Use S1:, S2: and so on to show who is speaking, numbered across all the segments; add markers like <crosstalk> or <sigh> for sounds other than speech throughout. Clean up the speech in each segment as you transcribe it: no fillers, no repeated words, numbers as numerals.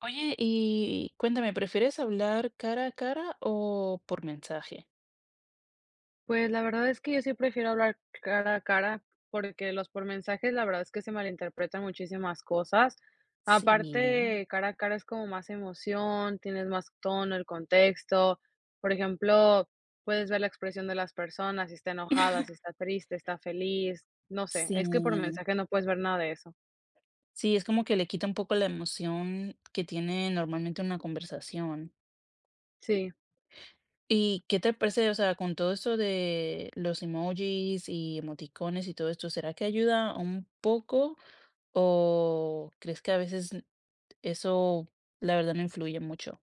S1: Oye, y cuéntame, ¿prefieres hablar cara a cara o por mensaje?
S2: Pues, la verdad es que yo sí prefiero hablar cara a cara, porque los por mensajes, la verdad es que se malinterpretan muchísimas cosas.
S1: Sí,
S2: Aparte, cara a cara es como más emoción, tienes más tono, el contexto. Por ejemplo, puedes ver la expresión de las personas, si está enojada, si está triste, está feliz, no sé,
S1: sí.
S2: es que por mensaje no puedes ver nada de eso.
S1: Sí, es como que le quita un poco la emoción que tiene normalmente una conversación.
S2: Sí,
S1: ¿Y qué te parece? O sea, con todo esto de los emojis y emoticones y todo esto, ¿será que ayuda un poco o crees que a veces eso, la verdad, no influye mucho?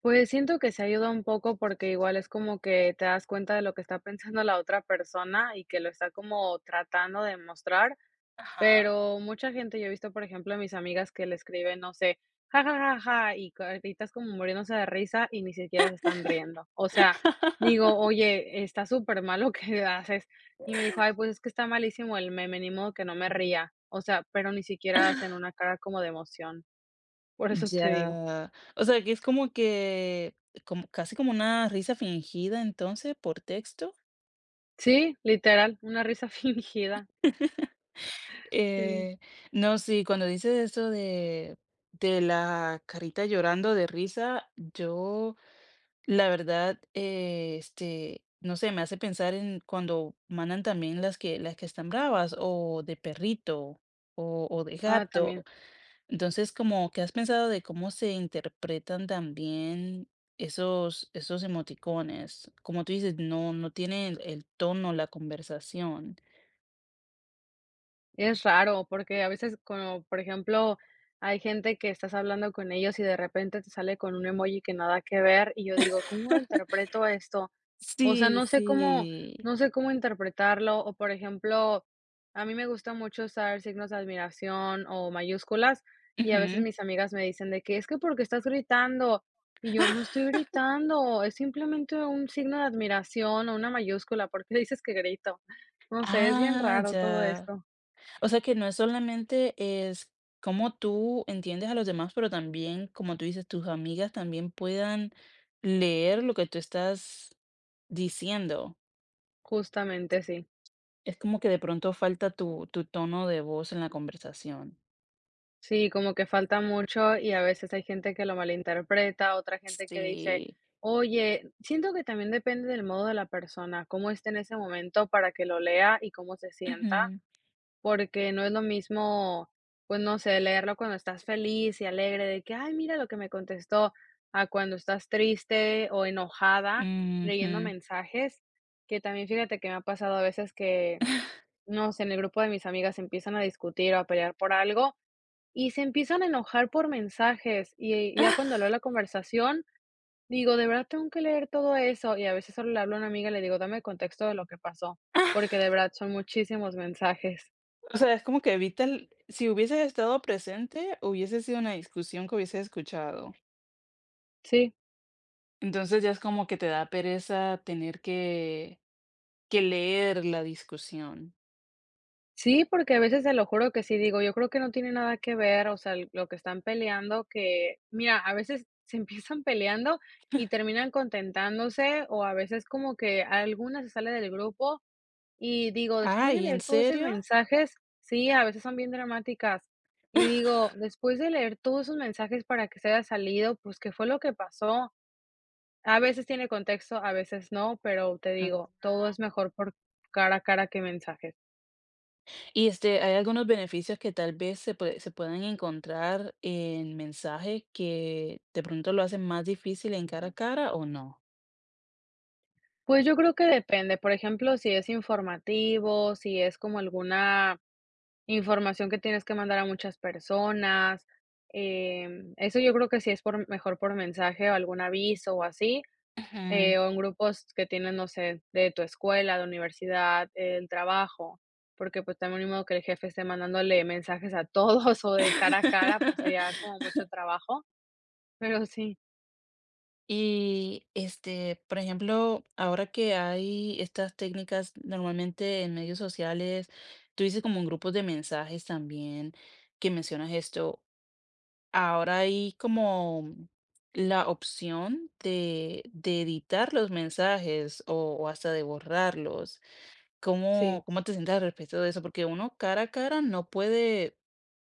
S2: pues siento que se ayuda un poco porque igual es como que te das cuenta de lo que está <laughs> pensando la otra persona y que lo está como tratando de mostrar.
S1: Ajá.
S2: Pero mucha gente, yo he visto, por ejemplo, a mis amigas que le escriben, no sé, ja, ja, ja, ja, y caritas como muriéndose de risa y ni siquiera se están riendo. O sea, digo, oye, está súper mal lo que <laughs> haces. Y me dijo, ay, pues es que está malísimo el meme, ni modo que no me ría. O sea, pero ni siquiera hacen una cara como de emoción. Por eso te digo.
S1: Ya. O sea, que es como que, como, casi como una risa fingida entonces por texto.
S2: Sí, literal, una risa <laughs> fingida. Sí.
S1: Eh, no, sí, cuando dices eso de la carita llorando de risa, yo, la verdad, este, no sé, me hace pensar en cuando mandan también las que están bravas o de perrito o de
S2: Ah,
S1: gato.
S2: también.
S1: Entonces, como que has pensado de cómo se interpretan también esos emoticones. Como tú dices, no tiene el tono, la conversación.
S2: Es raro, porque a veces, como por ejemplo, hay gente que estás hablando con ellos y de repente te sale con un emoji que nada que ver, y yo digo: "¿Cómo interpreto esto?". O sea,
S1: Sí,
S2: no sé cómo
S1: sí.
S2: no sé cómo interpretarlo, o por ejemplo, a mí me gusta mucho usar signos de admiración o mayúsculas, y a veces
S1: Ujú.
S2: mis amigas me dicen de que: "Es que porque estás gritando", y yo: "No estoy gritando, es simplemente un signo de admiración o una mayúscula, ¿por qué dices que grito?". No sé, es bien
S1: Ah,
S2: raro todo
S1: ya.
S2: esto.
S1: O sea que no es solamente es cómo tú entiendes a los demás, pero también, como tú dices, tus amigas también puedan leer lo que tú estás diciendo.
S2: Justamente sí.
S1: Es como que de pronto falta tu tono de voz en la conversación.
S2: Sí, como que falta mucho y a veces hay gente que lo malinterpreta, otra gente que dice,
S1: Sí.
S2: oye, siento que también depende del modo de la persona, cómo esté en ese momento para que lo lea y cómo se sienta,
S1: Ujú,
S2: porque no es lo mismo, pues no sé, leerlo cuando estás feliz y alegre de que, ay, mira lo que me contestó, a cuando estás triste o enojada leyendo
S1: ujú.
S2: mensajes, que también fíjate que me ha pasado a veces que, no sé, en el grupo de mis amigas empiezan a discutir o a pelear por algo. Y se empiezan a enojar por mensajes, y ya cuando leo la conversación, digo: "De verdad tengo que leer todo eso", y a veces solo le hablo a una amiga y le digo: "Dame el contexto de lo que pasó", porque
S1: <laughs>
S2: de verdad son muchísimos mensajes.
S1: O sea, es como que evita el si hubieses estado presente, hubiese sido una discusión que hubieses escuchado.
S2: Sí,
S1: Entonces, ya es como que te da pereza tener que leer la discusión.
S2: sí, porque a veces te lo juro que sí digo: "Yo creo que no tiene nada que ver", o sea, lo que están peleando que mira, a veces <laughs> se empiezan peleando y terminan contentándose, o a veces como que alguna se sale del grupo. Y digo, después de
S1: Ay, ¿en
S2: leer todos esos
S1: serio?
S2: mensajes, sí, a veces son bien dramáticas. Y digo, después de leer todos esos mensajes para que se haya salido, pues, ¿qué fue lo que pasó? A veces tiene contexto, a veces no, pero te
S1: Ah.
S2: digo, todo es mejor por cara a cara que mensajes.
S1: Y, este, ¿hay algunos beneficios que tal vez se puedan encontrar en mensajes que de pronto lo hacen más difícil en cara a cara o no?
S2: Pues, yo creo que depende, por ejemplo, si es informativo, si es como alguna información que tienes que mandar a muchas personas, eso yo creo que sí es por mejor por mensaje o algún aviso o así.
S1: Ujú.
S2: O en grupos que tienen, no sé, de tu escuela, de universidad, el trabajo, porque, pues, también ni modo que el jefe esté mandándole mensajes a todos <laughs> o de cara a cara, pues,
S1: <laughs>
S2: sería como mucho trabajo, pero sí,
S1: Y este, por ejemplo, ahora que hay estas técnicas normalmente en medios sociales, tú dices como en grupos de mensajes también que mencionas esto, ahora hay como la opción de editar los mensajes o hasta de borrarlos.
S2: sí,
S1: ¿Cómo te sientes al respecto de eso? Porque uno cara a cara no puede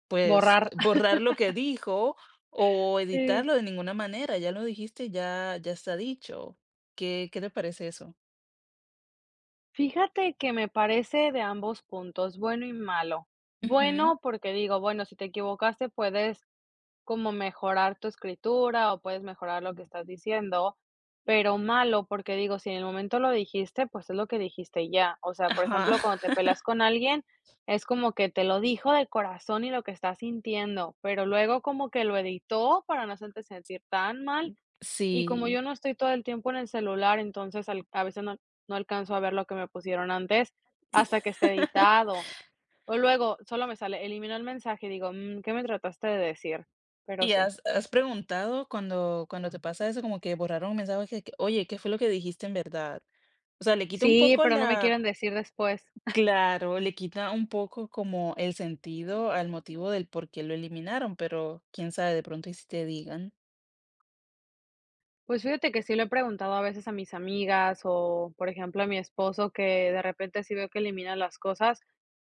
S1: pues,
S2: borrar. <laughs>
S1: borrar lo que dijo o
S2: Sí.
S1: editarlo de ninguna manera, ya lo dijiste, ya está dicho. ¿Qué te parece eso?
S2: Fíjate que me parece de ambos puntos bueno y malo.
S1: Ujú,
S2: Bueno, porque digo bueno, si te equivocaste puedes como mejorar tu escritura o puedes mejorar lo que estás diciendo, pero malo, porque digo, si en el momento lo dijiste, pues es lo que dijiste y ya. O sea, por
S1: ajá.
S2: ejemplo, cuando te peleas
S1: <laughs>
S2: con alguien, es como que te lo dijo de corazón y lo que está sintiendo, pero luego como que lo editó para no hacerte sentir tan mal. Y como yo
S1: Sí.
S2: no estoy todo el tiempo en el celular, entonces a veces no, no alcanzo a ver lo que me pusieron antes hasta que esté editado. O luego solo me sale, elimino el mensaje y digo, "Mm, ¿qué me trataste de decir? Pero
S1: ¿Y
S2: sí.
S1: has preguntado cuando te pasa eso, como que borraron un mensaje que: "Oye, ¿qué fue lo que dijiste en verdad?". O sea, le quita un
S2: Sí,
S1: poco
S2: pero no me
S1: la
S2: quieren decir después.
S1: claro, le quita un poco como el sentido al motivo del por qué lo eliminaron, pero quién sabe, de pronto y si te digan.
S2: Pues fíjate que sí lo he preguntado a veces a mis amigas o, por ejemplo, a mi esposo, que de repente sí veo que elimina las cosas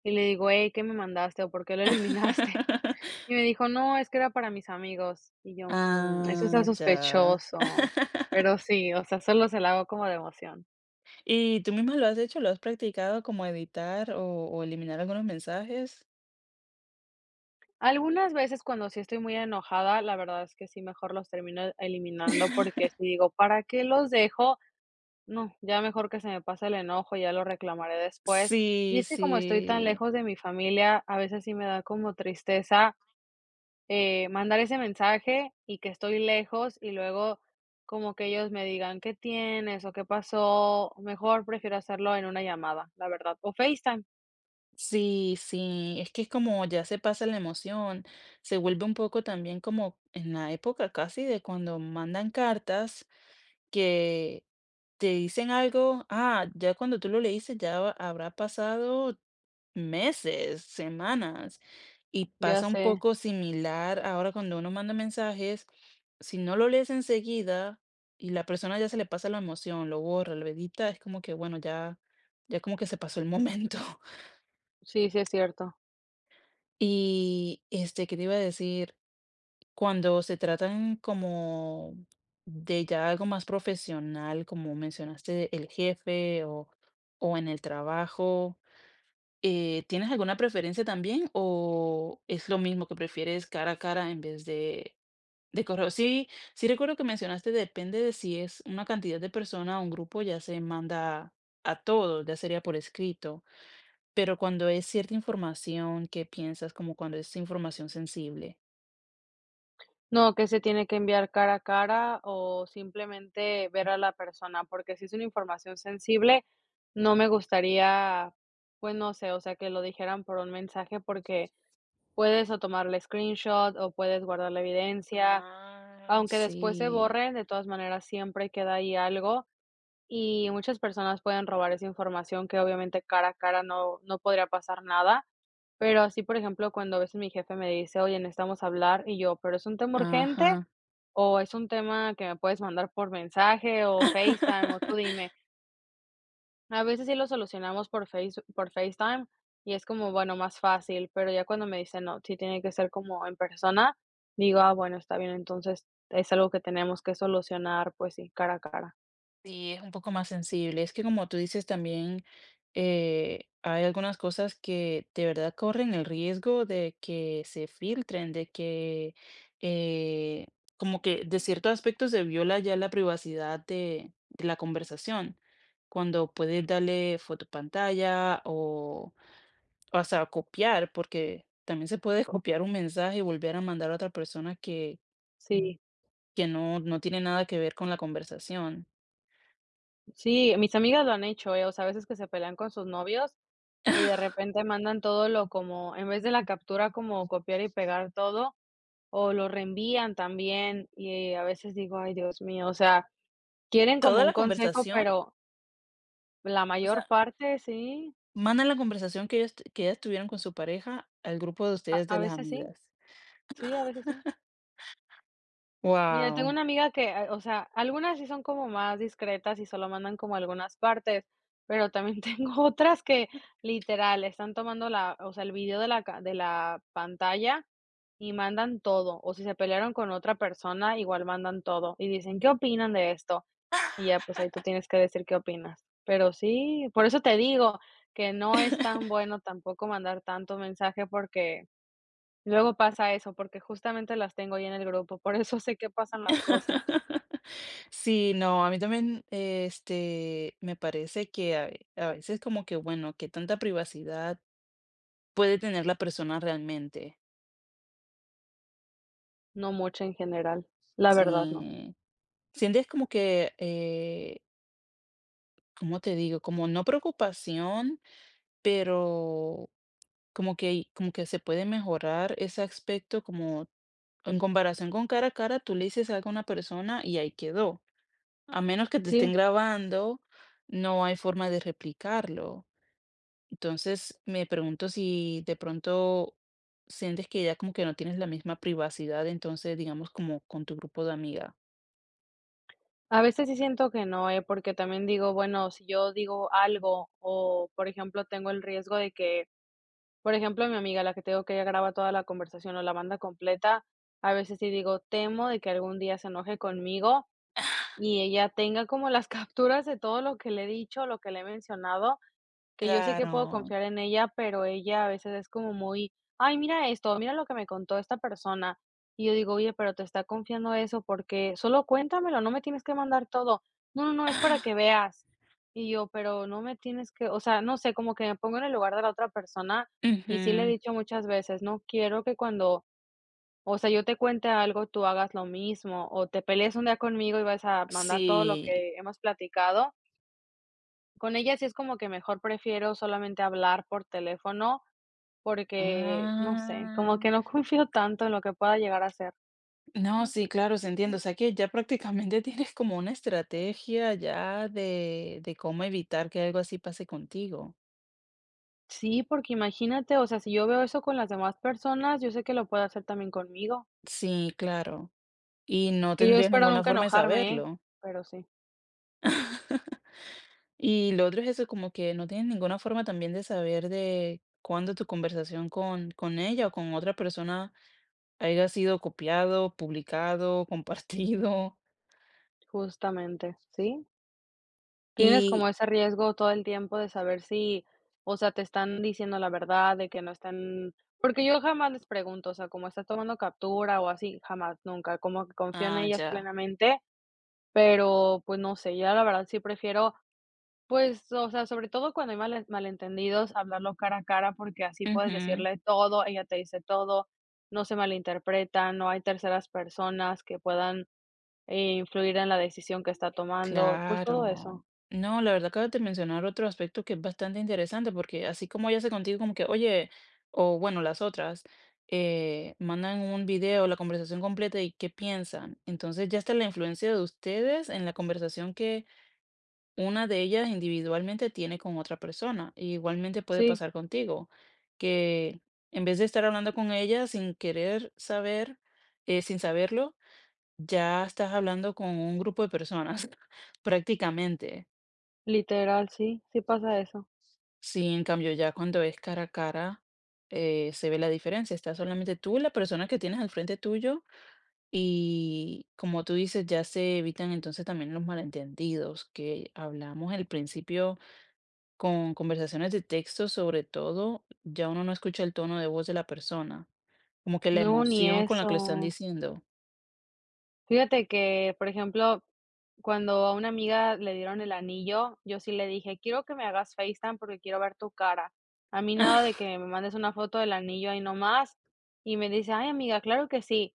S2: y le digo, hey, ¿qué me mandaste o por qué lo eliminaste? <laughs>
S1: <laughs>
S2: Y me dijo, no, es que era para mis amigos. Y yo, "Mm, eso está
S1: Ah, ya.
S2: sospechoso. Pero sí, o sea, solo se la hago como de emoción.
S1: ¿Y tú misma lo has hecho? ¿Lo has practicado como editar o eliminar algunos mensajes?
S2: Algunas veces cuando sí estoy muy enojada, la verdad es que sí, mejor los termino eliminando porque sí digo, ¿para qué los dejo? No, ya mejor que se me pase el enojo, ya lo reclamaré después. Y
S1: Sí,
S2: es que como estoy tan
S1: sí,
S2: lejos de mi familia, a veces sí me da como tristeza, mandar ese mensaje y que estoy lejos y luego como que ellos me digan: "¿Qué tienes?, o, ¿qué pasó?". Mejor prefiero hacerlo en una llamada, la verdad, o FaceTime.
S1: sí, sí. Es que es como ya se pasa la emoción, se vuelve un poco también como en la época casi de cuando mandan cartas que te dicen algo, ah, ya cuando tú lo leíste ya habrá pasado meses, semanas. Y
S2: Ya
S1: pasa un
S2: sé.
S1: poco similar ahora cuando uno manda mensajes, si no lo lees enseguida y la persona ya se le pasa la emoción, lo borra, lo edita, es como que, bueno, ya, ya como que se pasó el momento. <laughs>
S2: Sí, sí es cierto.
S1: Y este, ¿qué te iba a decir? Cuando se tratan como de ya algo más profesional, como mencionaste, el jefe o en el trabajo. ¿Tienes alguna preferencia también o es lo mismo que prefieres cara a cara en vez de correo? Sí, sí recuerdo que mencionaste, depende de si es una cantidad de persona o un grupo, ya se manda a todos, ya sería por escrito, pero cuando es cierta información, ¿qué piensas? Como cuando es información sensible.
S2: No, que se tiene que enviar cara a cara o simplemente ver a la persona, porque si es una información sensible, no me gustaría, pues no sé, o sea, que lo dijeran por un mensaje, porque puedes o tomarle screenshot o puedes guardar la evidencia,
S1: Ah,
S2: aunque después se
S1: sí,
S2: borre, de todas maneras siempre queda ahí algo y muchas personas pueden robar esa información que obviamente cara a cara no, no podría pasar nada. Pero así, por ejemplo, cuando a veces mi jefe me dice, oye, necesitamos hablar, y yo, pero es un tema urgente
S1: ajá.
S2: o es un tema que me puedes mandar por mensaje o FaceTime, o tú
S1: <laughs>
S2: dime. A veces sí lo solucionamos por FaceTime y es como, bueno, más fácil, pero ya cuando me dicen: "No, sí tiene que ser como en persona", digo: "Ah, bueno, está bien, entonces es algo que tenemos que solucionar, pues sí, cara a cara".
S1: Sí, es un poco más sensible. Es que como tú dices también, hay algunas cosas que de verdad corren el riesgo de que se filtren, de que eh, como que de ciertos aspectos se viola ya la privacidad de la conversación, cuando puedes darle fotopantalla o hasta copiar, porque también se puede <laughs> copiar un mensaje y volver a mandar a otra persona
S2: Sí,
S1: que no tiene nada que ver con la conversación.
S2: sí, mis amigas lo han hecho, o sea, a veces que se pelean con sus novios y de repente mandan todo lo como en vez de la captura como copiar y pegar todo. O lo reenvían también, y a veces digo: "Ay, Dios mío", o sea, quieren como
S1: Toda la
S2: un consejo,
S1: conversación.
S2: pero la
S1: O
S2: mayor
S1: sea,
S2: parte sí,
S1: manda la conversación que ellos t que ellas tuvieron con su pareja al grupo de
S2: a
S1: ustedes de
S2: a
S1: las
S2: veces sí,
S1: amigas.
S2: sí, a veces sí. Mira, tengo
S1: Wow.
S2: una amiga que, o sea, algunas sí son como más discretas y solo mandan como algunas partes, pero también <laughs> tengo otras que literal están tomando la o sea, el video de la pantalla y mandan todo, o si se pelearon con otra persona, igual mandan todo y dicen: "¿Qué opinan de esto?". Y ya, pues, ahí tú tienes que decir qué opinas. Pero sí, por eso te digo que no es tan bueno tampoco mandar tanto mensaje, porque luego pasa eso, porque justamente las tengo ahí en el grupo, por eso sé qué pasan las cosas,
S1: <laughs> Sí, no, a mí también, este, me parece que a veces como que, bueno, que tanta privacidad puede tener la persona realmente.
S2: no mucho en general, la verdad no.
S1: Sí, sientes como que, ¿cómo te digo? Como no preocupación, pero como que se puede mejorar ese aspecto como en comparación con cara a cara, tú le dices algo a una persona y ahí quedó. A menos que te
S2: Sí,
S1: estén grabando, no hay forma de replicarlo. Entonces, me pregunto si de pronto sientes que ya como que no tienes la misma privacidad, entonces, digamos, como con tu grupo de amiga.
S2: a veces sí siento que no, porque también digo, bueno, si yo digo algo o, por ejemplo, tengo el riesgo de que, por ejemplo, mi amiga, la que tengo que ella graba toda la conversación o la banda completa, a veces sí digo, temo de que algún día se enoje conmigo. Y ella tenga como las <laughs> capturas de todo lo que le he dicho, lo que le he mencionado, que yo sé que puedo
S1: Claro.
S2: confiar en ella, pero ella a veces es como muy, ay, mira esto, mira lo que me contó esta persona. Y yo digo, oye, pero te está confiando eso porque solo cuéntamelo, no me tienes que mandar todo. No, no, no, es para que veas. Y yo, pero no me tienes que, o sea, no sé, como que me pongo en el lugar de la otra persona y sí le he
S1: Ujú.
S2: dicho muchas veces, no quiero que cuando o sea, yo te cuente algo, tú hagas lo mismo, o te pelees un día conmigo y vas a mandar todo lo
S1: Sí.
S2: que hemos platicado. Con ella sí es como que mejor prefiero solamente hablar por teléfono, porque, no sé, como
S1: Ah,
S2: que no <laughs> confío tanto en lo que pueda llegar a ser.
S1: no, sí, claro, se entiende. O sea que ya prácticamente <laughs> tienes como una estrategia ya de cómo evitar que algo así pase contigo.
S2: Sí, porque imagínate, o sea, si yo veo eso con las demás personas, yo sé que lo puede hacer también conmigo,
S1: Sí, claro. Y no
S2: que yo
S1: tendrías
S2: espero
S1: ninguna
S2: nunca
S1: forma de
S2: enojarme, ¿eh?
S1: saberlo.
S2: Pero sí,
S1: Y lo otro es eso, como que no tienes ninguna forma también de saber de cuándo tu conversación con ella o con otra persona haya sido copiado, publicado, <laughs> compartido.
S2: justamente, ¿sí? Tienes
S1: Y,
S2: como ese riesgo todo el tiempo de saber si, o sea, te están diciendo la verdad, de que no están, porque yo jamás les pregunto, o sea, como estás tomando captura o así, jamás, nunca, como que confío en
S1: ah,
S2: ellas plenamente, pero, pues, no sé, ya la verdad sí prefiero, pues, o sea, sobre todo cuando hay malentendidos, hablarlo cara a cara, porque así puedes
S1: ya.
S2: decirle todo, ella te dice todo, no se malinterpreta, no hay terceras personas que puedan, influir en la decisión que está tomando, pues todo
S1: Claro.
S2: eso.
S1: No, la verdad acabas de mencionar otro aspecto que es bastante interesante, porque así como ella hace contigo como que, oye, o bueno, las otras, mandan un video, la conversación completa y qué piensan. Entonces ya está la influencia de ustedes en la conversación que una de ellas individualmente tiene con otra persona. Y igualmente puede
S2: Sí.
S1: pasar contigo, que en vez de estar hablando con ella sin querer saber, sin saberlo, ya estás hablando con un grupo de personas, <laughs> prácticamente.
S2: Literal, sí, sí pasa eso.
S1: Sí, en cambio, ya cuando es cara a cara, se ve la diferencia. Está solamente tú, la persona que tienes al frente tuyo, y como tú dices, ya se evitan entonces también los malentendidos que hablamos al principio con conversaciones de texto, sobre todo, ya uno no escucha el tono de voz de la persona, como que la
S2: No, ni
S1: emoción con la que lo están
S2: eso.
S1: diciendo.
S2: Fíjate que, por ejemplo, cuando a una amiga le dieron el anillo, yo sí le dije: "Quiero que me hagas FaceTime porque quiero ver tu cara. A mí nada de que me mandes una foto del anillo ahí nomás". Y me dice: "Ay, amiga, claro que sí".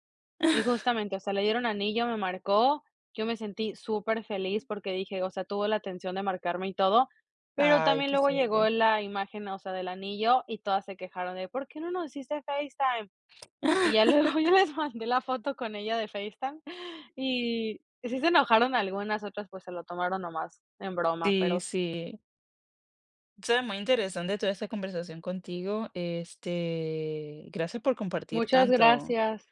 S2: Y justamente, o sea, le dieron anillo, me marcó, yo me sentí súper feliz porque dije, o sea, tuvo la atención de marcarme y todo, pero
S1: Ay,
S2: también
S1: qué
S2: luego
S1: chévere.
S2: llegó la imagen, o sea, del anillo y todas se quejaron de: "¿Por qué no nos hiciste FaceTime?". Y ya luego <laughs> yo les mandé la foto con ella de FaceTime y sí se enojaron algunas, otras, pues, se lo tomaron nomás en broma, pero
S1: Sí,
S2: s
S1: sí. Será muy interesante toda esta conversación contigo. Este, gracias por compartir
S2: muchas
S1: tanto.
S2: gracias.